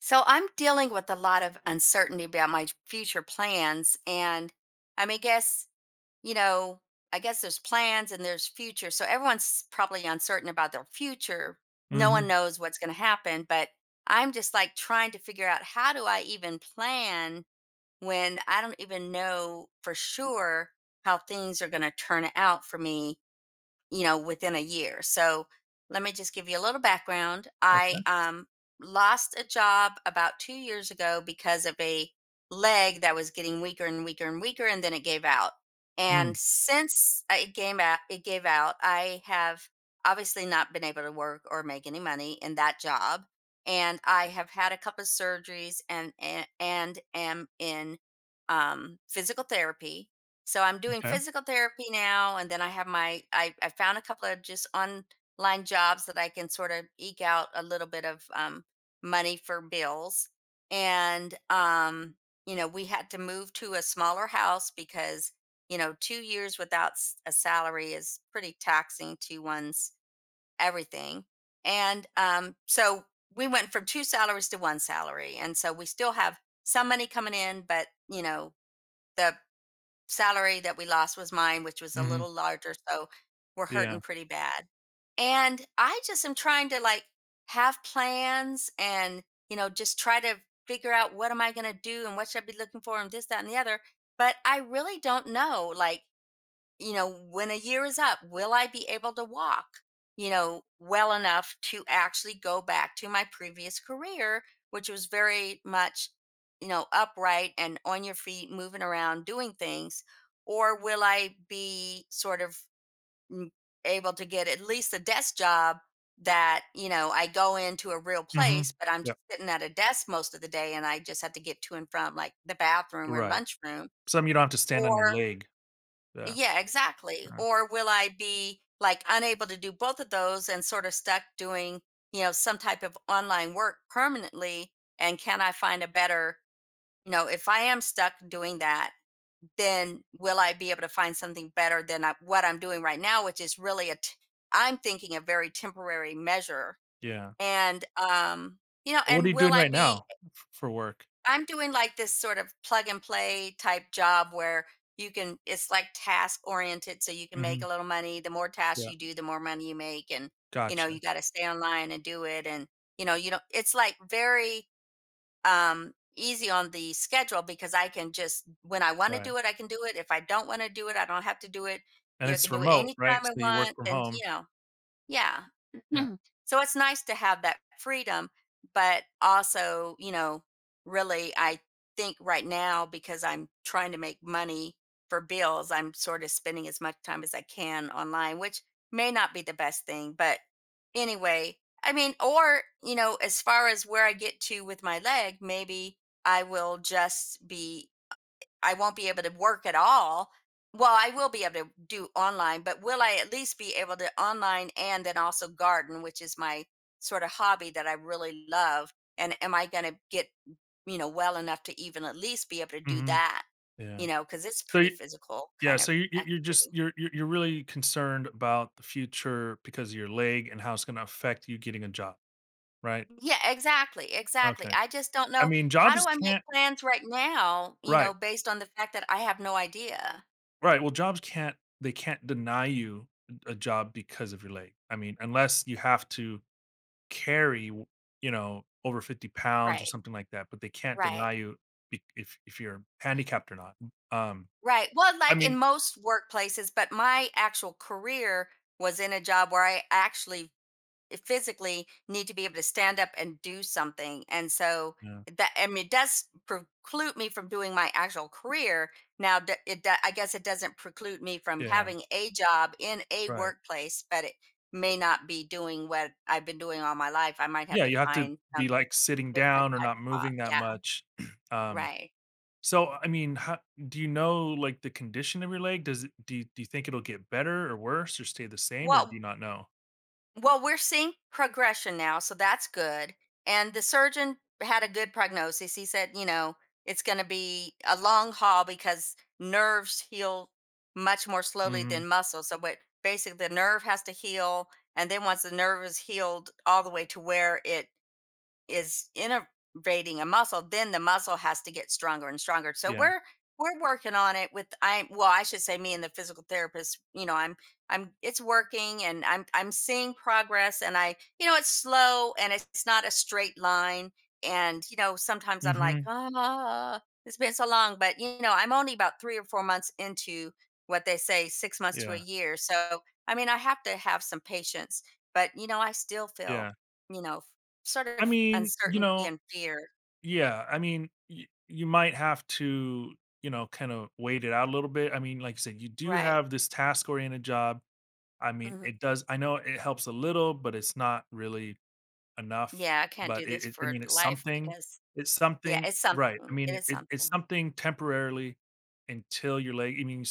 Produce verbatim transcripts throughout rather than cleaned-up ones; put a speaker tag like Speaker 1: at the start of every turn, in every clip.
Speaker 1: So I'm dealing with a lot of uncertainty about my future plans. And I mean, guess, you know, I guess there's plans and there's future. So everyone's probably uncertain about their future. No one
Speaker 2: Mhm.
Speaker 1: knows what's going to happen. But I'm just like trying to figure out how do I even plan when I don't even know for sure how things are going to turn out for me, you know, within a year. So let me just give you a little background.
Speaker 2: Okay.
Speaker 1: I um, lost a job about two years ago because of a leg that was getting weaker and weaker and weaker, and then it gave out.
Speaker 2: Mm.
Speaker 1: And since uh, it gave out, it gave out. I have obviously not been able to work or make any money in that job, and I have had a couple of surgeries and and, and am in um, physical therapy, so I'm doing
Speaker 2: Okay.
Speaker 1: physical therapy now, and then I have my I I found a couple of just online jobs that I can sort of eke out a little bit of um, money for bills. And um, you know, we had to move to a smaller house because, you know, two years without s- a salary is pretty taxing to one's everything. And um, so we went from two salaries to one salary, and so we still have some money coming in, but you know, the salary that we lost was mine, which was a
Speaker 2: Mhm.
Speaker 1: little larger. So we're
Speaker 2: Yeah.
Speaker 1: hurting pretty bad. And I just am trying to like have plans and, you know, just try to figure out what am I going to do and what should I be looking for and this, that, and the other. But I really don't know. Like, you know, when a year is up, will I be able to walk, you know, well enough to actually go back to my previous career, which was very much, you know, upright and on your feet, moving around, doing things? Or will I be sort of mm, able to get at least a desk job that, you know, I go into a real
Speaker 2: Mhm.
Speaker 1: place, but I'm just
Speaker 2: Yep.
Speaker 1: sitting at a desk most of the day and I just have to get to and from like the bathroom or
Speaker 2: Right.
Speaker 1: lunchroom?
Speaker 2: Some you don't have to stand on your
Speaker 1: Or
Speaker 2: leg. Yeah.
Speaker 1: yeah, exactly.
Speaker 2: Uh,
Speaker 1: Or will I be like unable to do both of those and sort of stuck doing, you know, some type of online work permanently? And can I find a better, you know, if I am stuck doing that, then will I be able to find something better than I, what I'm doing right now, which is really a, t- I'm thinking a very temporary measure.
Speaker 2: yeah.
Speaker 1: And, um, you know,
Speaker 2: What are
Speaker 1: and
Speaker 2: you
Speaker 1: will
Speaker 2: doing
Speaker 1: I
Speaker 2: right
Speaker 1: be
Speaker 2: now f for work?
Speaker 1: I'm doing like this sort of plug and play type job where you can, it's like task oriented, so you can make a
Speaker 2: Mhm.
Speaker 1: little money. The more tasks
Speaker 2: Yeah.
Speaker 1: you do, the more money you make, and you know,
Speaker 2: Gotcha.
Speaker 1: you got to stay online and do it and, you know, you know it's like very um easy on the schedule because I can just when I want to
Speaker 2: Right.
Speaker 1: do it, I can do it. If I don't want to do it, I don't have to do it.
Speaker 2: And
Speaker 1: You
Speaker 2: it's
Speaker 1: can do it
Speaker 2: remote, right?
Speaker 1: anytime I
Speaker 2: So you work
Speaker 1: want,
Speaker 2: from
Speaker 1: and
Speaker 2: home.
Speaker 1: you know, yeah.
Speaker 2: Yeah.
Speaker 1: Mhm. So it's nice to have that freedom, but also, you know, really, I think right now, because I'm trying to make money for bills, I'm sort of spending as much time as I can online, which may not be the best thing. But anyway, I mean, or, you know, as far as where I get to with my leg, maybe I will just be I won't be able to work at all. Well, I will be able to do online, but will I at least be able to online and then also garden, which is my sort of hobby that I really love? And am I going to get, you know, well enough to even at least be able to do
Speaker 2: Mhm.
Speaker 1: that? You
Speaker 2: Yeah.
Speaker 1: know, because it's
Speaker 2: So
Speaker 1: pretty
Speaker 2: you
Speaker 1: physical
Speaker 2: yeah,
Speaker 1: kind of
Speaker 2: so you you you're just
Speaker 1: activity.
Speaker 2: you're you're you're really concerned about the future because of your leg and how it's gonna affect you getting a job, right?
Speaker 1: Yeah, exactly. Exactly.
Speaker 2: Okay.
Speaker 1: I just don't
Speaker 2: I
Speaker 1: know
Speaker 2: mean,
Speaker 1: how
Speaker 2: jobs
Speaker 1: do I make
Speaker 2: can't
Speaker 1: plans right now, you
Speaker 2: right.
Speaker 1: know, based on the fact that I have no idea.
Speaker 2: Right, well, jobs can't they can't deny you a job because of your leg. I mean, unless you have to carry, w you know, over fifty pounds or
Speaker 1: Right.
Speaker 2: something like that, but they can't deny
Speaker 1: Right.
Speaker 2: you, be if if you're handicapped or not. Um,
Speaker 1: Right. Well,
Speaker 2: I
Speaker 1: like in
Speaker 2: mean
Speaker 1: most workplaces, but my actual career was in a job where I actually eh, physically need to be able to stand up and do something. And so
Speaker 2: Yeah,
Speaker 1: that, I mean, it does preclude me from doing my actual career. Now, d- it, do- I guess it doesn't preclude me from
Speaker 2: yeah,
Speaker 1: having a job in a
Speaker 2: right.
Speaker 1: workplace, but it may not be doing what I've been doing all my life. I might have
Speaker 2: Yeah,
Speaker 1: to
Speaker 2: you have to
Speaker 1: find some
Speaker 2: be, like, sitting
Speaker 1: different
Speaker 2: down or
Speaker 1: type
Speaker 2: not
Speaker 1: of job.
Speaker 2: moving that
Speaker 1: Yeah.
Speaker 2: much. Um,
Speaker 1: Right.
Speaker 2: so, I mean, how do you know, like, the condition of your leg? Does it do you do you think it'll get better or worse or stay the same, or do
Speaker 1: Well,
Speaker 2: you not know?
Speaker 1: Well, we're seeing progression now, so that's good. And the surgeon had a good prognosis. He said, you know, it's going to be a long haul because nerves heal much more slowly
Speaker 2: Mhm.
Speaker 1: than muscles. So, but basically, the nerve has to heal, and then once the nerve is healed, all the way to where it is innervating a muscle, then the muscle has to get stronger and stronger. So
Speaker 2: Yeah.
Speaker 1: we're we're working on it with I well, I should say me and the physical therapist. You know, I'm I'm it's working and I'm I'm seeing progress, and I, you know, it's slow and it's not a straight line, and you know sometimes I'm like,
Speaker 2: Mhm.
Speaker 1: "Ah, it's been so long," but you know, I'm only about three or four months into what they say six months to a
Speaker 2: Yeah.
Speaker 1: year. So, I mean, I have to have some patience, but you know, I still feel,
Speaker 2: Yeah.
Speaker 1: you know, sort
Speaker 2: I
Speaker 1: of
Speaker 2: mean, you
Speaker 1: uncertainty
Speaker 2: know
Speaker 1: and fear,
Speaker 2: yeah, I mean, y you might have to, you know, kind of wait it out a little bit. I mean, like you said, you do
Speaker 1: right?
Speaker 2: have this task-oriented job. I mean,
Speaker 1: Mhm.
Speaker 2: it does I know it helps a little, but it's not really enough,
Speaker 1: Yeah, I can't do
Speaker 2: but it
Speaker 1: this
Speaker 2: it I
Speaker 1: for
Speaker 2: mean, it's
Speaker 1: life
Speaker 2: something.
Speaker 1: because
Speaker 2: It's
Speaker 1: yeah,
Speaker 2: something,
Speaker 1: it's
Speaker 2: right. I
Speaker 1: something. It
Speaker 2: mean,
Speaker 1: is
Speaker 2: it it's
Speaker 1: something.
Speaker 2: something temporarily until your leg. I mean,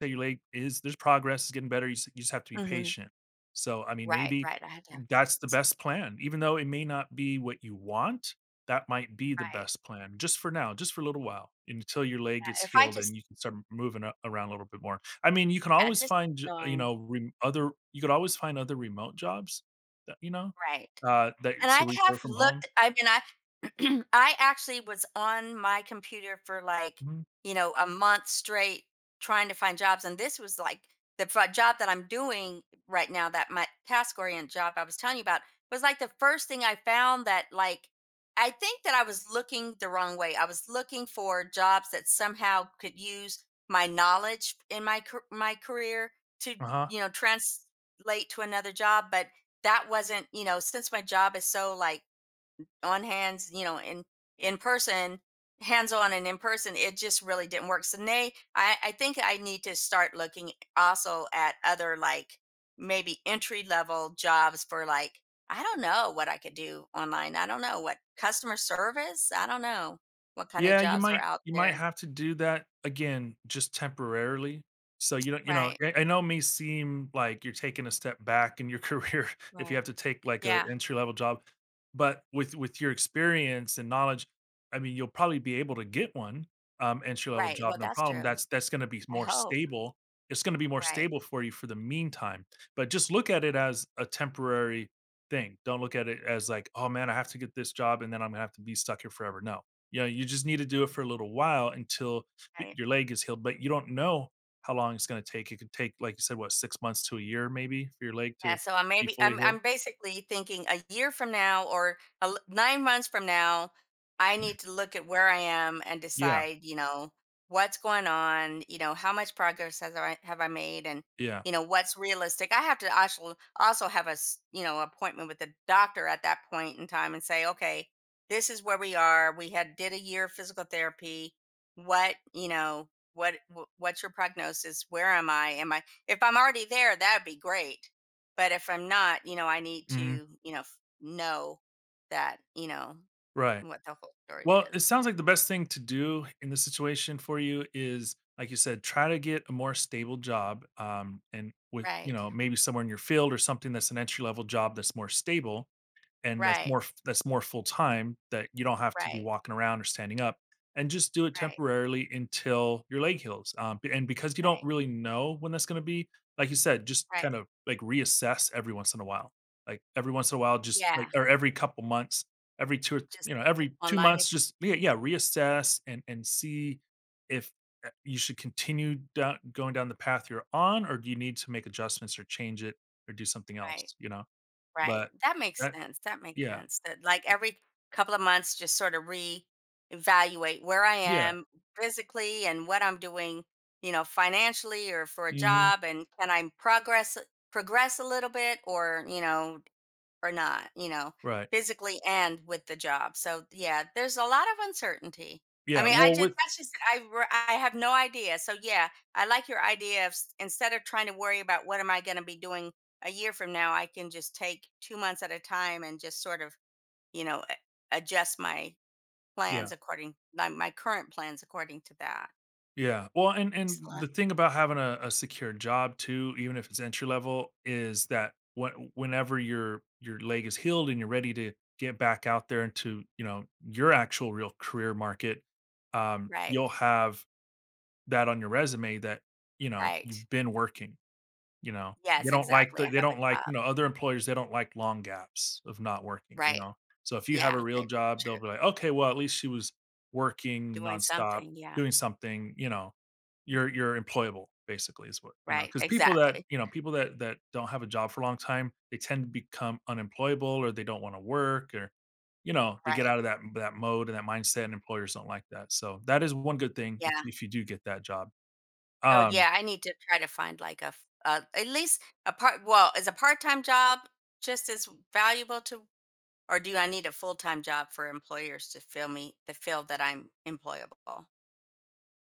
Speaker 2: that your leg is, there's progress, is getting better, you just you just have to be
Speaker 1: Mhm.
Speaker 2: patient. So, I mean,
Speaker 1: Right,
Speaker 2: maybe
Speaker 1: right, I had to have
Speaker 2: that's the best plan. Even though it may not be what you want, that might be the
Speaker 1: right.
Speaker 2: best plan just for now, just for a little while until your leg gets
Speaker 1: Yeah, if I
Speaker 2: healed and
Speaker 1: just
Speaker 2: you can start moving a- around a little bit more. I mean, you can
Speaker 1: yeah,
Speaker 2: always
Speaker 1: just
Speaker 2: find, j- you
Speaker 1: knowing.
Speaker 2: know, rem other, you could always find other remote jobs that, you know,
Speaker 1: Right.
Speaker 2: uh, that
Speaker 1: And I
Speaker 2: so we
Speaker 1: have
Speaker 2: work from home.
Speaker 1: looked, I mean, I I actually was on my computer for, like,
Speaker 2: Mhm.
Speaker 1: you know, a month straight trying to find jobs, and this was, like, the fo job that I'm doing right now, that my task-orient job I was telling you about, was, like, the first thing I found that, like, I think that I was looking the wrong way. I was looking for jobs that somehow could use my knowledge in my car my career to,
Speaker 2: Uh-huh.
Speaker 1: you know, translate to another job, but that wasn't, you know, since my job is so like on hands, you know, in in person, hands on and in person, it just really didn't work. So nay, I, I think I need to start looking also at other like maybe entry level jobs for like I don't know what I could do online. I don't know what customer service. I don't know what kind of
Speaker 2: Yeah, you
Speaker 1: jobs are
Speaker 2: might
Speaker 1: out
Speaker 2: you might
Speaker 1: there.
Speaker 2: have to do that again, just temporarily. So you don't, you know,
Speaker 1: Right.
Speaker 2: I, I know it may seem like you're taking a step back in your career if you
Speaker 1: Right.
Speaker 2: have to take like a
Speaker 1: Yeah.
Speaker 2: entry level job, but with with your experience and knowledge, I mean, you'll probably be able to get one um, entry level
Speaker 1: Right.
Speaker 2: job,
Speaker 1: Well,
Speaker 2: no
Speaker 1: that's
Speaker 2: problem.
Speaker 1: true.
Speaker 2: That's that's going to be
Speaker 1: I
Speaker 2: more
Speaker 1: hope.
Speaker 2: stable. It's going to be more
Speaker 1: Right.
Speaker 2: stable for you for the meantime. But just look at it as a temporary thing. Don't look at it as like, oh man, I have to get this job and then I'm gonna have to be stuck here forever. No, you know, you just need to do it for a little while until y
Speaker 1: Right.
Speaker 2: your leg is healed, but you don't know how long it's gonna take. It could take, like you said, what, six months to a year maybe for your leg
Speaker 1: Yeah,
Speaker 2: to
Speaker 1: so I'm
Speaker 2: be
Speaker 1: maybe
Speaker 2: fully
Speaker 1: I'm
Speaker 2: healed?
Speaker 1: I'm basically thinking a year from now or a l- nine months from now, I need to look at where I am and
Speaker 2: Yeah,
Speaker 1: decide, you know, what's going on, you know, how much progress has I have I made, and
Speaker 2: yeah,
Speaker 1: you know what's realistic. I have to also also have a s- you know appointment with the doctor at that point in time and say, okay, this is where we are. We had did a year of physical therapy. What you know, what wh- what's your prognosis? Where am I? Am I if I'm already there, that'd be great, but if I'm not, you know, I need
Speaker 2: mhm,
Speaker 1: to, you know, f- know that, you know,
Speaker 2: right.
Speaker 1: what the whole story
Speaker 2: Well,
Speaker 1: is.
Speaker 2: it sounds like the best thing to do in this situation for you is, like you said, try to get a more stable job, um, and with, you
Speaker 1: Right.
Speaker 2: know, maybe somewhere in your field or something that's an entry level job that's more stable. And that's
Speaker 1: Right.
Speaker 2: more that's more full time that you don't have to be
Speaker 1: Right.
Speaker 2: walking around or standing up, and just do it
Speaker 1: Right.
Speaker 2: temporarily until your leg heals, um, b and because you don't
Speaker 1: Right.
Speaker 2: really know when that's gonna be, like you said, just kind
Speaker 1: Right.
Speaker 2: of, like, reassess every once in a while. Like, every once in a while, just, like
Speaker 1: Yeah.
Speaker 2: or every couple months, every 2 or
Speaker 1: Just
Speaker 2: you know,
Speaker 1: look at
Speaker 2: every two
Speaker 1: online. if-
Speaker 2: months, just, yeah, yeah, reassess and and see if, eh, you should continue down, going down the path you're on, or do you need to make adjustments or change it or do something
Speaker 1: Right.
Speaker 2: else, you know?
Speaker 1: Right.
Speaker 2: But
Speaker 1: That makes
Speaker 2: that
Speaker 1: sense. That makes
Speaker 2: yeah.
Speaker 1: sense. That like every couple of months, just sort of re-evaluate where I
Speaker 2: Yeah.
Speaker 1: am physically and what I'm doing, you know, financially or for a
Speaker 2: Mhm.
Speaker 1: job, and can I progress progress a little bit, or you know, or not, you know,
Speaker 2: Right.
Speaker 1: physically and with the job. So yeah, there's a lot of uncertainty. I
Speaker 2: Yeah,
Speaker 1: mean, I
Speaker 2: well,
Speaker 1: just
Speaker 2: with
Speaker 1: that's just I re- I have no idea. So yeah, I like your idea of s- instead of trying to worry about what am I going to be doing a year from now, I can just take two months at a time and just sort of, you know, a- adjust my
Speaker 2: yeah,
Speaker 1: plans according my, my current plans according to that.
Speaker 2: yeah. Well, and and the
Speaker 1: Thanks.
Speaker 2: thing about having a a secure job too, even if it's entry level, is that when whenever your your leg is healed and you're ready to get back out there into, you know, your actual real career market, um, you'll
Speaker 1: Right.
Speaker 2: have that on your resume that, you know,
Speaker 1: Right.
Speaker 2: you've been working. You know, they
Speaker 1: Yes,
Speaker 2: don't like
Speaker 1: exactly.
Speaker 2: the
Speaker 1: I
Speaker 2: they
Speaker 1: have a
Speaker 2: don't like,
Speaker 1: job.
Speaker 2: you know, other employers, they don't like long gaps of not working, you
Speaker 1: Right.
Speaker 2: know? So if you have a
Speaker 1: Yeah,
Speaker 2: real
Speaker 1: that's
Speaker 2: job, they'll
Speaker 1: true.
Speaker 2: be like, "Okay, well, at least she was working
Speaker 1: Doing
Speaker 2: nonstop,
Speaker 1: something. Yeah.
Speaker 2: doing something," you know, you're you're employable basically is what, you know.
Speaker 1: Right.
Speaker 2: Because people that,
Speaker 1: Exactly.
Speaker 2: you know, people that that don't have a job for a long time, they tend to become unemployable or they don't wanna work or, you know, they get
Speaker 1: Right.
Speaker 2: out of that that mode and that mindset and employers don't like that. So that is one good thing if
Speaker 1: Yeah.
Speaker 2: if you do get that job.
Speaker 1: So
Speaker 2: Um
Speaker 1: yeah, I need to try to find like a f uh, at least a part well, is a part-time job just as valuable to or do I need a full-time job for employers to feel me to feel that I'm employable?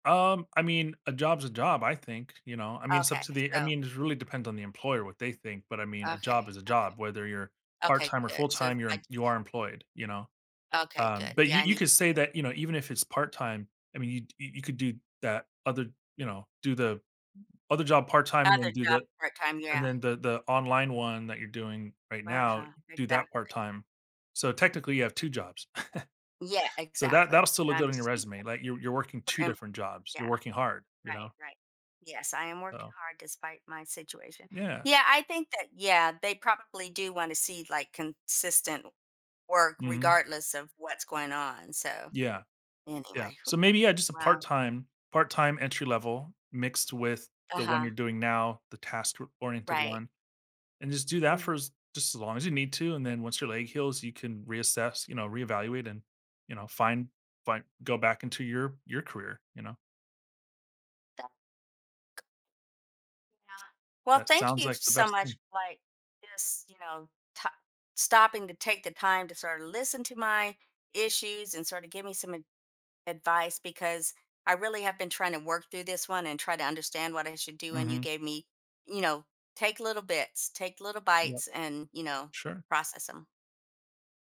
Speaker 2: Um, I mean, a job's a job, I think, you know. I mean, it's up
Speaker 1: Okay.
Speaker 2: to the I
Speaker 1: So,
Speaker 2: mean, it really depends on the employer what they think, but I mean, a
Speaker 1: okay.
Speaker 2: job is a
Speaker 1: Okay.
Speaker 2: job, whether you're
Speaker 1: Okay,
Speaker 2: part-time or
Speaker 1: good. So if
Speaker 2: full-time,
Speaker 1: I
Speaker 2: you're
Speaker 1: just
Speaker 2: you are employed, you know.
Speaker 1: okay,
Speaker 2: Um,
Speaker 1: good.
Speaker 2: but
Speaker 1: Yeah,
Speaker 2: you
Speaker 1: I
Speaker 2: you
Speaker 1: need
Speaker 2: could
Speaker 1: to
Speaker 2: say
Speaker 1: get
Speaker 2: that, you know, even if it's part-time, I mean, you you you could do that other, you know, do the other job part-time and then
Speaker 1: another
Speaker 2: do
Speaker 1: job
Speaker 2: the
Speaker 1: part-time,
Speaker 2: and
Speaker 1: yeah.
Speaker 2: then the the online one that you're doing right now,
Speaker 1: Uh-huh,
Speaker 2: do that
Speaker 1: exactly.
Speaker 2: part-time. So technically you have two jobs.
Speaker 1: Yeah,
Speaker 2: So that that'll
Speaker 1: exactly.
Speaker 2: still look
Speaker 1: I'm
Speaker 2: good on your
Speaker 1: super
Speaker 2: resume. Like you're you're working two
Speaker 1: em
Speaker 2: different jobs.
Speaker 1: yeah.
Speaker 2: You're working hard, you know?
Speaker 1: Right, right. Yes, I am working
Speaker 2: So
Speaker 1: hard despite my situation.
Speaker 2: Yeah.
Speaker 1: Yeah, I think that, yeah, they probably do want to see like consistent work
Speaker 2: Mhm.
Speaker 1: regardless of what's going on. So,
Speaker 2: Yeah, yeah.
Speaker 1: anyway, whew,
Speaker 2: So maybe, yeah, just a
Speaker 1: wow.
Speaker 2: part-time part-time entry level mixed with
Speaker 1: Uh
Speaker 2: the one you're
Speaker 1: huh.
Speaker 2: doing now, the task-oriented
Speaker 1: Right.
Speaker 2: one, and just do that
Speaker 1: Mhm.
Speaker 2: for as just as long as you need to, and then once your leg heals, you can reassess, you know, reevaluate and, you know, find find go back into your your career, you know?
Speaker 1: That- yeah. Well,
Speaker 2: That
Speaker 1: thank
Speaker 2: sounds
Speaker 1: you
Speaker 2: like the
Speaker 1: so
Speaker 2: best
Speaker 1: much
Speaker 2: thing.
Speaker 1: for like just, you know, t- stopping to take the time to sort of listen to my issues and sort of give me some advice because I really have been trying to work through this one and try to understand what I should do. And you
Speaker 2: Mhm.
Speaker 1: gave me, you know, take little bits, take little
Speaker 2: Yep.
Speaker 1: bites and, you know,
Speaker 2: Sure.
Speaker 1: process them.